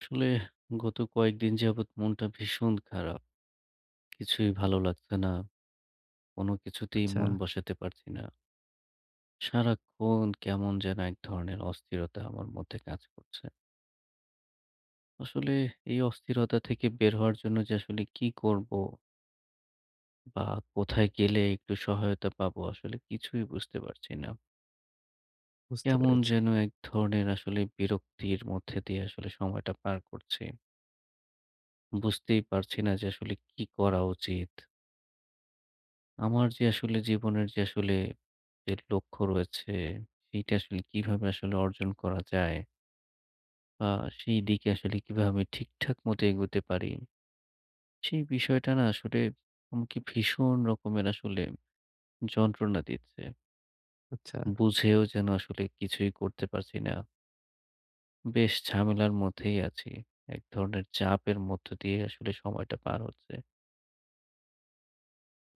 আসলে গত কয়েকদিন যাবৎ মনটা ভীষণ খারাপ। কিছুই ভালো লাগছে না। কোনো কিছুতেই আচ্ছা, মন বসাতে পারছি না। সারাক্ষণ কেমন যেন এক ধরনের অস্থিরতা আমার মধ্যে কাজ করছে। আসলে এই অস্থিরতা থেকে বের হওয়ার জন্য যে আসলে কি করব বা কোথায় গেলে একটু সহায়তা পাবো আসলে কিছুই বুঝতে পারছি না। বুঝতে কেমন পেরেছি। যেন এক ধরনের আসলে বিরক্তির মধ্যে দিয়ে আসলে সময়টা পার করছি। বুঝতেই পারছি না যে আসলে কি করা উচিত? আমার যে আসলে জীবনের যে আসলে যে লক্ষ্য রয়েছে, সেইটা আসলে কিভাবে আসলে অর্জন করা যায় বা সেই দিকে আসলে কিভাবে আমি ঠিকঠাক মতো এগোতে পারি, সেই বিষয়টা না আসলে আমাকে ভীষণ রকমের আসলে যন্ত্রণা দিচ্ছে। আচ্ছা, বুঝেও যেন আসলে কিছুই করতে পারছি না। বেশ ঝামেলার মধ্যেই আছি। এক ধরনের চাপের মধ্য দিয়ে আসলে সময়টা পার হচ্ছে।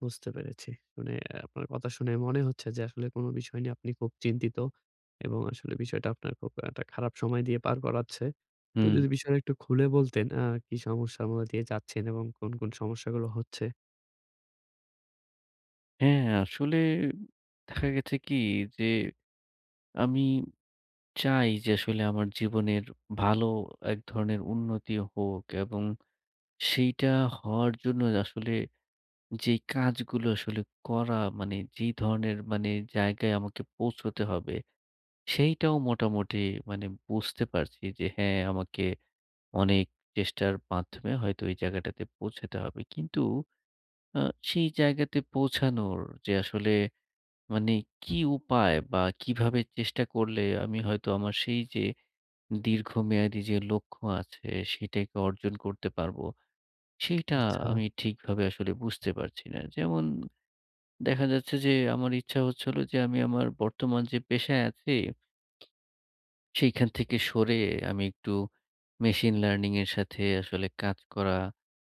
বুঝতে পেরেছি। মানে আপনার কথা শুনে মনে হচ্ছে যে আসলে কোন বিষয় নিয়ে আপনি খুব চিন্তিত এবং আসলে বিষয়টা আপনার খুব একটা খারাপ সময় দিয়ে পার করাচ্ছে। তো হুম, যদি বিষয়টা একটু খুলে বলতেন কি সমস্যার মধ্যে দিয়ে যাচ্ছেন এবং কোন, কোন সমস্যাগুলো হচ্ছে? হ্যাঁ, আসলে দেখা গেছে কি যে আমি চাই যে আসলে আমার জীবনের ভালো এক ধরনের উন্নতি হোক, এবং সেইটা হওয়ার জন্য আসলে যেই কাজগুলো আসলে করা মানে যেই ধরনের মানে জায়গায় আমাকে পৌঁছতে হবে সেইটাও মোটামুটি মানে বুঝতে পারছি যে হ্যাঁ আমাকে অনেক চেষ্টার মাধ্যমে হয়তো ওই জায়গাটাতে পৌঁছাতে হবে। কিন্তু আ সেই জায়গাতে পৌঁছানোর যে আসলে মানে কি উপায় বা কিভাবে চেষ্টা করলে আমি হয়তো আমার সেই যে দীর্ঘমেয়াদী যে লক্ষ্য আছে সেটাকে অর্জন করতে পারবো, সেইটা আচ্ছা, আমি ঠিকভাবে আসলে বুঝতে পারছি না। যেমন দেখা যাচ্ছে যে আমার ইচ্ছা হচ্ছিল যে আমি আমার বর্তমান যে পেশায় আছি, সেইখান থেকে সরে আমি একটু মেশিন লার্নিং এর সাথে আসলে কাজ করা,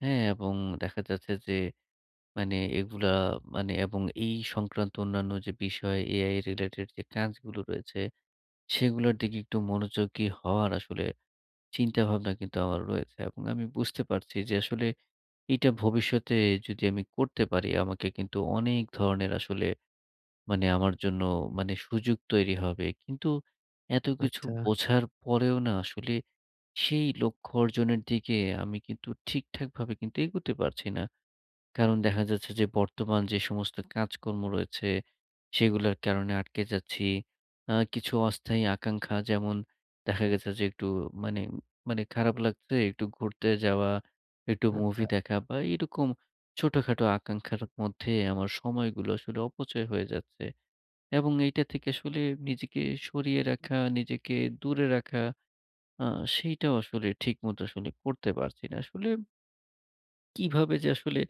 হ্যাঁ? এবং দেখা যাচ্ছে যে মানে এগুলা মানে এবং এই সংক্রান্ত অন্যান্য যে বিষয় AI রিলেটেড যে কাজগুলো রয়েছে, সেগুলোর দিকে একটু মনোযোগী হওয়ার আসলে চিন্তাভাবনা কিন্তু আমার রয়েছে, এবং আমি বুঝতে পারছি যে আসলে এটা ভবিষ্যতে যদি আমি করতে পারি আমাকে কিন্তু অনেক ধরনের আসলে মানে আমার জন্য মানে সুযোগ তৈরি হবে। কিন্তু এত কিছু আচ্ছা, বোঝার পরেও না আসলে সেই লক্ষ্য অর্জনের দিকে আমি কিন্তু ঠিকঠাকভাবে কিন্তু এগোতে পারছি না। কারণ দেখা যাচ্ছে যে বর্তমান যে সমস্ত কাজকর্ম রয়েছে সেগুলোর কারণে আটকে যাচ্ছি। কিছু অস্থায়ী আকাঙ্ক্ষা, যেমন দেখা গেছে যে একটু মানে মানে খারাপ লাগছে, একটু ঘুরতে যাওয়া, একটু আচ্ছা, মুভি দেখা বা এরকম ছোটখাটো আকাঙ্ক্ষার মধ্যে আমার সময়গুলো আসলে অপচয় হয়ে যাচ্ছে। এবং এইটা থেকে আসলে নিজেকে সরিয়ে রাখা, নিজেকে দূরে রাখা, আ সেইটাও আসলে ঠিকমতো আসলে করতে পারছি না। আসলে কিভাবে যে আসলে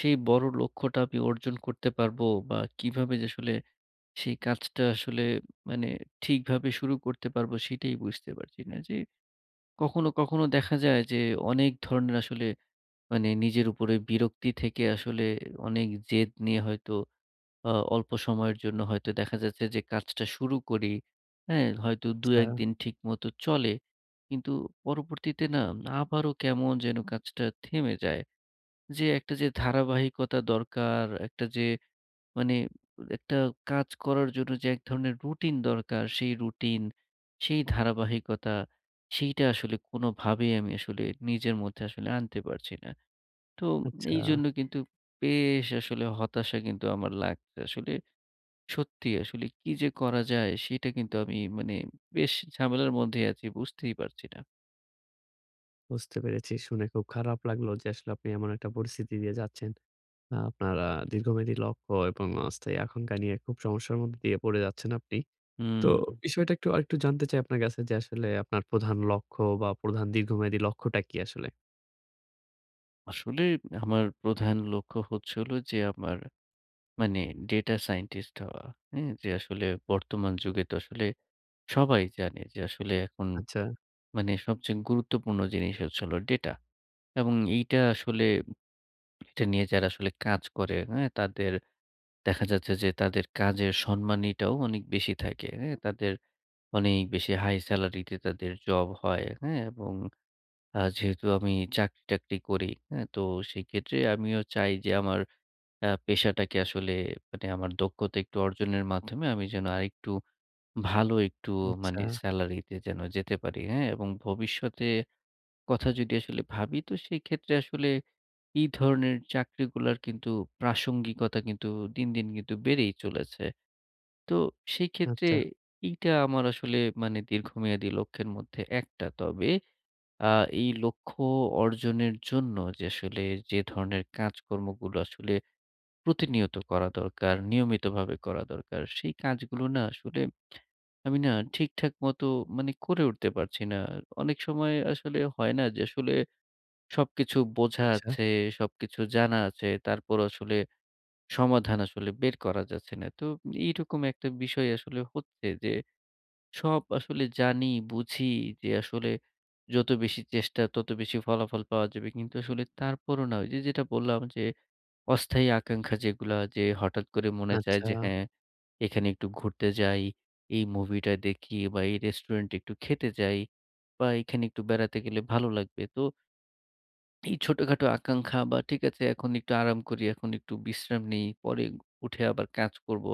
সেই বড় লক্ষ্যটা আমি অর্জন করতে পারবো বা কিভাবে যে আসলে সেই কাজটা আসলে মানে ঠিকভাবে শুরু করতে পারবো সেটাই বুঝতে পারছি না। যে কখনো, কখনো দেখা যায় যে অনেক ধরনের আসলে মানে নিজের উপরে বিরক্তি থেকে আসলে অনেক জেদ নিয়ে হয়তো অল্প সময়ের জন্য হয়তো দেখা যাচ্ছে যে কাজটা শুরু করি, হ্যাঁ? হয়তো আচ্ছা, ২-১ দিন ঠিকমতো চলে। কিন্তু পরবর্তীতে না আবারও কেমন যেন কাজটা থেমে যায়। যে একটা যে ধারাবাহিকতা দরকার, একটা যে মানে একটা কাজ করার জন্য যে এক ধরনের রুটিন দরকার, সেই রুটিন, সেই ধারাবাহিকতা, সেইটা আসলে কোনোভাবেই আমি আসলে নিজের মধ্যে আসলে আনতে পারছি না। তো আচ্ছা। এইজন্য কিন্তু বেশ আসলে হতাশা কিন্তু আমার লাগছে। আসলে সত্যি আসলে কি যে করা যায় সেটা কিন্তু আমি মানে বেশ ঝামেলার মধ্যেই আছি, বুঝতেই পারছি না। বুঝতে পেরেছি। শুনে খুব খারাপ লাগলো যে আসলে আপনি এমন একটা পরিস্থিতি দিয়ে যাচ্ছেন। আপনার দীর্ঘমেয়াদী লক্ষ্য এবং অস্থায়ী আকাঙ্ক্ষা নিয়ে খুব সমস্যার মধ্যে দিয়ে পড়ে যাচ্ছেন আপনি। হুম, তো বিষয়টা একটু আরেকটু জানতে চাই আপনার কাছে যে আসলে আপনার প্রধান লক্ষ্য বা প্রধান দীর্ঘমেয়াদী লক্ষ্যটা কি আসলে? আসলে আমার প্রধান লক্ষ্য হচ্ছে হলো যে আমার মানে ডেটা সায়েন্টিস্ট হওয়া। হ্যাঁ? যে আসলে বর্তমান যুগে তো আসলে সবাই জানে যে আসলে এখন আচ্ছা, মানে সবচেয়ে গুরুত্বপূর্ণ জিনিস হচ্ছে হলো ডেটা। এবং এইটা আসলে এটা নিয়ে যারা আসলে কাজ করে, হ্যাঁ? তাদের দেখা যাচ্ছে যে তাদের কাজের সম্মানীটাও অনেক বেশি থাকে। হ্যাঁ? তাদের অনেক বেশি হাই সেলারিতে তাদের জব হয়। হ্যাঁ? এবং যেহেতু আমি চাকরি-টাকরি করি, হ্যাঁ? তো সেইক্ষেত্রে আমিও চাই যে আমার পেশাটাকে আসলে মানে আমার দক্ষতা একটু অর্জনের মাধ্যমে আমি যেন আরেকটু ভালো একটু মানে আচ্ছা, সেলারিতে যেন যেতে পারি, হ্যাঁ? এবং ভবিষ্যতে কথা যদি আসলে ভাবি তো সেই ক্ষেত্রে আসলে এই ধরনের চাকরিগুলার কিন্তু প্রাসঙ্গিকতা কিন্তু দিন, দিন কিন্তু বেড়েই চলেছে। তো সেই ক্ষেত্রে আচ্ছা, এইটা আমার আসলে মানে দীর্ঘমেয়াদী লক্ষ্যের মধ্যে একটা। তবে আ এই লক্ষ্য অর্জনের জন্য যে আসলে যে ধরনের কাজকর্মগুলো আসলে প্রতিনিয়ত করা দরকার, নিয়মিতভাবে করা দরকার। সেই কাজগুলো না আসলে আমি না ঠিকঠাক মতো মানে করে উঠতে পারছি না। অনেক সময় আসলে হয় না যে আসলে সবকিছু বোঝা আচ্ছা, আছে, সবকিছু জানা আছে, তারপর আসলে সমাধান আসলে বের করা যাচ্ছে না। তো এইরকম একটা বিষয় আসলে হচ্ছে যে সব আসলে জানি, বুঝি যে আসলে যত বেশি চেষ্টা তত বেশি ফলাফল পাওয়া যাবে। কিন্তু আসলে তারপরও না ওই যে যেটা বললাম যে অস্থায়ী আকাঙ্ক্ষা যেগুলা যে হঠাৎ করে মনে চায় আচ্ছা, যে হ্যাঁ, এখানে একটু ঘুরতে যাই, এই মুভিটা দেখি বা এই রেস্টুরেন্টে একটু খেতে যাই বা এখানে একটু বেড়াতে গেলে ভালো লাগবে। তো এই ছোটখাটো আকাঙ্ক্ষা বা ঠিক আছে এখন একটু আরাম করি, এখন একটু বিশ্রাম নেই, পরে উঠে আবার কাজ করব।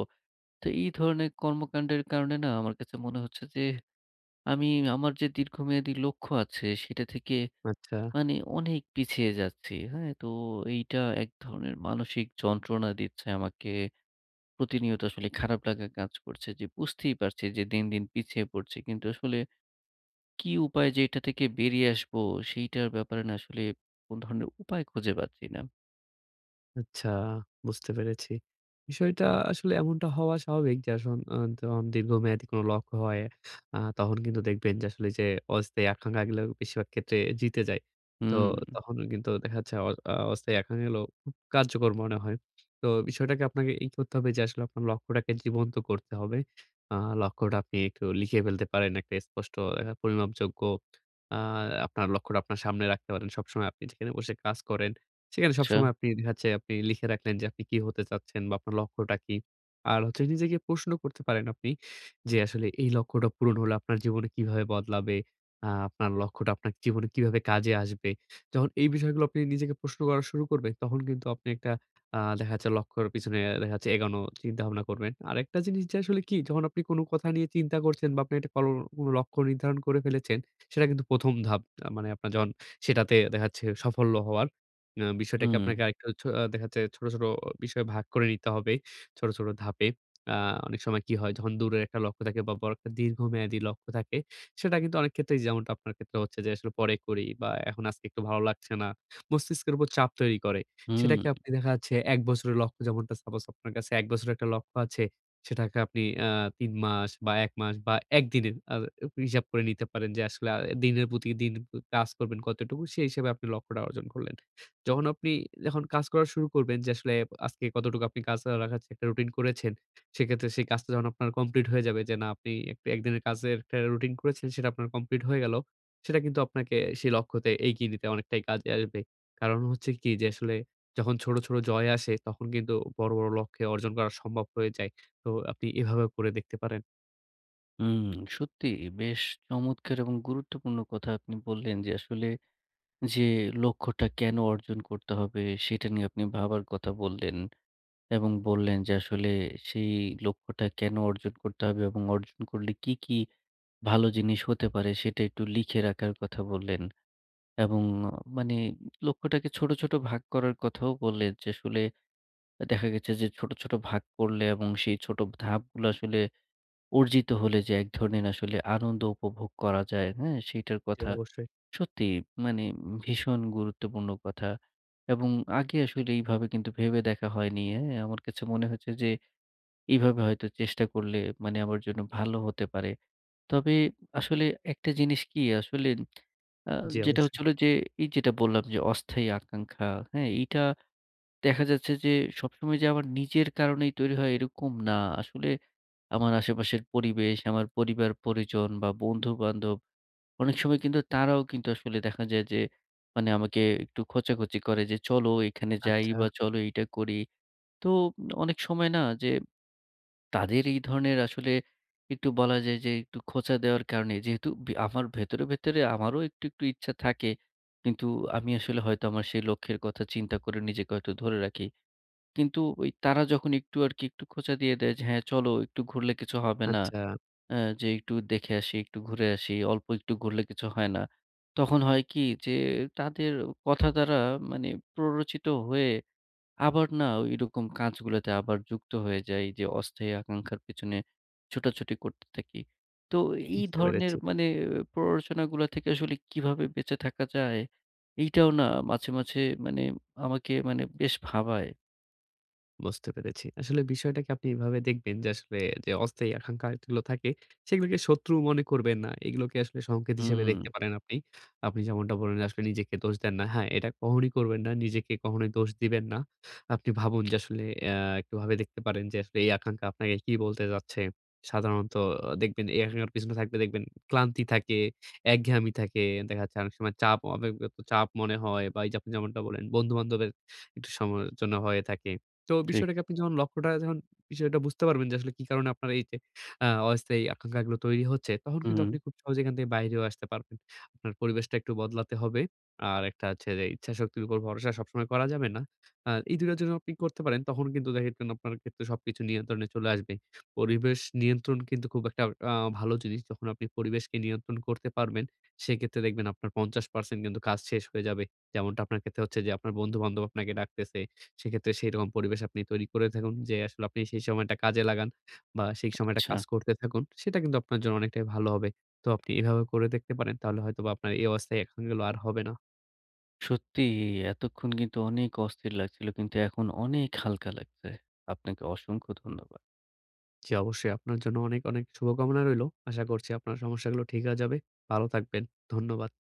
তো এই ধরনের কর্মকাণ্ডের কারণে না আমার কাছে মনে হচ্ছে যে আমি আমার যে দীর্ঘমেয়াদী লক্ষ্য আছে সেটা থেকে আচ্ছা। মানে অনেক পিছিয়ে যাচ্ছি। হ্যাঁ? তো এইটা এক ধরনের মানসিক যন্ত্রণা দিচ্ছে আমাকে। প্রতিনিয়ত আসলে খারাপ লাগা কাজ করছে যে বুঝতেই পারছি যে দিন, দিন পিছিয়ে পড়ছি। কিন্তু আসলে কি উপায় যে এটা থেকে বেরিয়ে আসবো সেইটার ব্যাপারে না আসলে কোন ধরনের উপায় খুঁজে পাচ্ছি না। আচ্ছা, বুঝতে পেরেছি। বিষয়টা আসলে এমনটা হওয়া স্বাভাবিক যে আসন আ যখন দীর্ঘমেয়াদী কোনো লক্ষ্য হয়, তখন কিন্তু দেখবেন যে আসলে যে অস্থায়ী আকাঙ্খাগুলো বেশিরভাগ ক্ষেত্রে জিতে যায়। তো হুম, তখন কিন্তু দেখা যাচ্ছে অ আ অস্থায়ী আকাঙ্খাগুলো খুব কার্যকর মনে হয়। তো বিষয়টাকে আপনাকে এই করতে হবে যে আসলে আপনার লক্ষ্যটাকে জীবন্ত করতে হবে। আ লক্ষ্যটা আপনি একটু লিখে ফেলতে পারেন। একটা স্পষ্ট পরিমাপযোগ্য আ আপনার লক্ষ্যটা আপনার সামনে রাখতে পারেন। সবসময় আপনি যেখানে বসে কাজ করেন সেখানে আচ্ছা। সবসময় আপনি দেখা যাচ্ছে আপনি লিখে রাখলেন যে আপনি কি হতে চাচ্ছেন বা আপনার লক্ষ্যটা কি? আর হচ্ছে নিজেকে প্রশ্ন করতে পারেন আপনি যে আসলে এই লক্ষ্যটা পূরণ হলে আপনার জীবনে কিভাবে বদলাবে? আপনার লক্ষ্যটা আপনার জীবনে কিভাবে কাজে আসবে? যখন এই বিষয়গুলো আপনি নিজেকে প্রশ্ন করা শুরু করবেন তখন কিন্তু আপনি একটা দেখা যাচ্ছে লক্ষ্যর পিছনে দেখা যাচ্ছে এগোনো চিন্তাভাবনা করবেন। আরেকটা জিনিস যে আসলে কি যখন আপনি কোনো কথা নিয়ে চিন্তা করছেন বা আপনি একটা কল কোনো লক্ষ্য নির্ধারণ করে ফেলেছেন সেটা কিন্তু ১ম ধাপ। মানে আপনার যখন সেটাতে দেখা যাচ্ছে সাফল্য হওয়ার। বিষয়টাকে হুম, আপনাকে আরেকটু ছো আ দেখা যাচ্ছে ছোট, ছোট বিষয়ে ভাগ করে নিতে হবে। ছোট, ছোট ধাপে। আ অনেক সময় কি হয় যখন দূরের একটা লক্ষ্য থাকে বা বড় একটা দীর্ঘমেয়াদী লক্ষ্য থাকে, সেটা কিন্তু অনেক ক্ষেত্রেই যেমনটা আপনার ক্ষেত্রে হচ্ছে যে আসলে পরে করি বা এখন আজকে একটু ভালো লাগছে না। মস্তিষ্কের উপর চাপ তৈরি করে। হুম, সেটাকে আপনি দেখা যাচ্ছে ১ বছরের লক্ষ্য যেমনটা সাপোজ আপনার কাছে ১ বছরের একটা লক্ষ্য আছে, সেটাকে আপনি ৩ মাস বা ১ মাস বা ১ দিনের হিসাব করে নিতে পারেন যে আসলে দিনের প্রতি দিন কাজ করবেন কতটুকু সেই হিসেবে আপনি লক্ষ্যটা অর্জন করলেন। যখন আপনি কাজ করা শুরু করবেন যে আসলে আজকে কতটুকু আপনি কাজ রাখার একটা রুটিন করেছেন। সেক্ষেত্রে সেই কাজটা যখন আপনার কমপ্লিট হয়ে যাবে যে না আপনি একটা একদিনের কাজের একটা রুটিন করেছেন সেটা আপনার কমপ্লিট হয়ে গেল। সেটা কিন্তু আপনাকে সেই লক্ষ্যতে এগিয়ে নিতে অনেকটাই কাজে আসবে। কারণ হচ্ছে কি যে আসলে যখন ছোট, ছোট জয় আসে তখন কিন্তু বড়, বড় লক্ষ্যে অর্জন করা সম্ভব হয়ে যায়। তো আপনি এভাবেও করে দেখতে পারেন। হুম। সত্যিই বেশ চমৎকার এবং গুরুত্বপূর্ণ কথা আপনি বললেন, যে আসলে যে লক্ষ্যটা কেন অর্জন করতে হবে সেটা নিয়ে আপনি ভাবার কথা বললেন। এবং বললেন যে আসলে সেই লক্ষ্যটা কেন অর্জন করতে হবে এবং অর্জন করলে কি, কি ভালো জিনিস হতে পারে সেটা একটু লিখে রাখার কথা বললেন, এবং মানে লক্ষ্যটাকে ছোট, ছোট ভাগ করার কথাও বললেন যে আসলে দেখা গেছে যে ছোট, ছোট ভাগ করলে এবং সেই ছোট ধাপগুলো আসলে অর্জিত হলে যে এক ধরনের আসলে আনন্দ উপভোগ করা যায়, হ্যাঁ? সেইটার জি কথা অবশ্যই, সত্যি মানে ভীষণ গুরুত্বপূর্ণ কথা, এবং আগে আসলে এইভাবে কিন্তু ভেবে দেখা হয়নি, হ্যাঁ? আমার কাছে মনে হচ্ছে যে এইভাবে হয়তো চেষ্টা করলে মানে আমার জন্য ভালো হতে পারে। তবে আসলে একটা জিনিস কি আসলে, আ জি যেটা অবশ্যই। হচ্ছিল যে এই যেটা বললাম যে অস্থায়ী আকাঙ্ক্ষা, হ্যাঁ? এইটা দেখা যাচ্ছে যে সবসময় যে আমার নিজের কারণেই তৈরি হয় এরকম না। আসলে আমার আশেপাশের পরিবেশ, আমার পরিবার-পরিজন বা বন্ধু-বান্ধব, অনেক সময় কিন্তু তারাও কিন্তু আসলে দেখা যায় যে মানে আমাকে একটু খোঁচাখুচি করে যে, "চলো এখানে যাই" আচ্ছা, বা "চলো এইটা করি।" তো অনেক সময় না যে তাদের এই ধরনের আসলে একটু বলা যায় যে একটু খোঁচা দেওয়ার কারণে, যেহেতু আমার ভেতরে, ভেতরে আমারও একটু, একটু ইচ্ছা থাকে। কিন্তু আমি আসলে হয়তো আমার সেই লক্ষ্যের কথা চিন্তা করে নিজেকে হয়তো ধরে রাখি। কিন্তু ওই তারা যখন একটু আরকি একটু খোঁচা দিয়ে দেয় যে, "হ্যাঁ, চলো একটু ঘুরলে কিছু হবে না। আচ্ছা যে একটু দেখে আসি, একটু ঘুরে আসি। অল্প একটু ঘুরলে কিছু হয় না।" তখন হয় কি যে তাদের কথা দ্বারা মানে প্ররোচিত হয়ে আবার না এরকম কাজগুলোতে আবার যুক্ত হয়ে যাই, যে অস্থায়ী আকাঙ্ক্ষার পেছনে ছোটাছুটি করতে থাকি। তো এই বুঝতে ধরনের পেরেছি। মানে প্ররোচনাগুলা থেকে আসলে কিভাবে বেঁচে থাকা যায়? এইটাও না মাঝে, মাঝে মানে আমাকে মানে বেশ ভাবায়। বুঝতে পেরেছি। আসলে বিষয়টাকে আপনি এভাবে দেখবেন যে আসলে যে অস্থায়ী আকাঙ্খা গুলো থাকে সেগুলোকে শত্রু মনে করবেন না। এগুলোকে আসলে সংকেত হিসেবে হুম, দেখতে পারেন আপনি। আপনি যেমনটা বললেন আসলে নিজেকে দোষ দেন না। হ্যাঁ, এটা কখনোই করবেন না। নিজেকে কখনোই দোষ দিবেন না। আপনি ভাবুন যে আসলে একটু ভাবে দেখতে পারেন যে আসলে এই আকাঙ্খা আপনাকে কি বলতে যাচ্ছে। সাধারণত দেখবেন এই আকাঙ্খার পিছনে থাকলে দেখবেন ক্লান্তি থাকে, একঘেয়ামি থাকে। দেখা যাচ্ছে অনেক সময় চাপ অব্যক্তিগত চাপ মনে হয় বা এই যে আপনি যেমনটা বললেন বন্ধু-বান্ধবের একটু সমালোচনা হয়ে থাকে। তো ঠিক। বিষয়টাকে আপনি যখন লক্ষ্যটা যখন বিষয়টা বুঝতে পারবেন যে আসলে কি কারণে আপনার এই যে অস্থায়ী আকাঙ্খাগুলো তৈরি হচ্ছে, তখন কিন্তু হুম। আপনি খুব সহজে এখান থেকে বাইরেও আসতে পারবেন। আপনার পরিবেশটা একটু বদলাতে হবে। আর একটা হচ্ছে যে ইচ্ছাশক্তির উপর ভরসা সবসময় করা যাবে না। এই ২ টার যখন আপনি করতে পারেন তখন কিন্তু দেখেন আপনার ক্ষেত্রে সবকিছু নিয়ন্ত্রণে চলে আসবে। পরিবেশ নিয়ন্ত্রণ কিন্তু খুব একটা আ ভালো জিনিস। যখন আপনি পরিবেশকে নিয়ন্ত্রণ করতে পারবেন, সেক্ষেত্রে দেখবেন আপনার ৫০% কিন্তু কাজ শেষ হয়ে যাবে। যেমনটা আপনার ক্ষেত্রে হচ্ছে যে আপনার বন্ধু-বান্ধব আপনাকে ডাকতেছে সেক্ষেত্রে সেইরকম পরিবেশ আপনি তৈরি করে থাকুন যে, আসলে আপনি সেই সময়টা কাজে লাগান বা সেই সময়টা আচ্ছা। কাজ করতে থাকুন। সেটা কিন্তু আপনার জন্য অনেকটাই ভালো হবে। তো আপনি এভাবে করে দেখতে পারেন। তাহলে হয়তোবা আপনার এই অবস্থায় এখানগুলো আর হবে না। সত্যিই এতক্ষণ কিন্তু অনেক অস্থির লাগছিল, কিন্তু এখন অনেক হালকা লাগছে। আপনাকে অসংখ্য ধন্যবাদ। জি, অবশ্যই আপনার জন্য অনেক, অনেক শুভকামনা রইলো। আশা করছি আপনার সমস্যাগুলো ঠিক হয়ে যাবে। ভালো থাকবেন। ধন্যবাদ।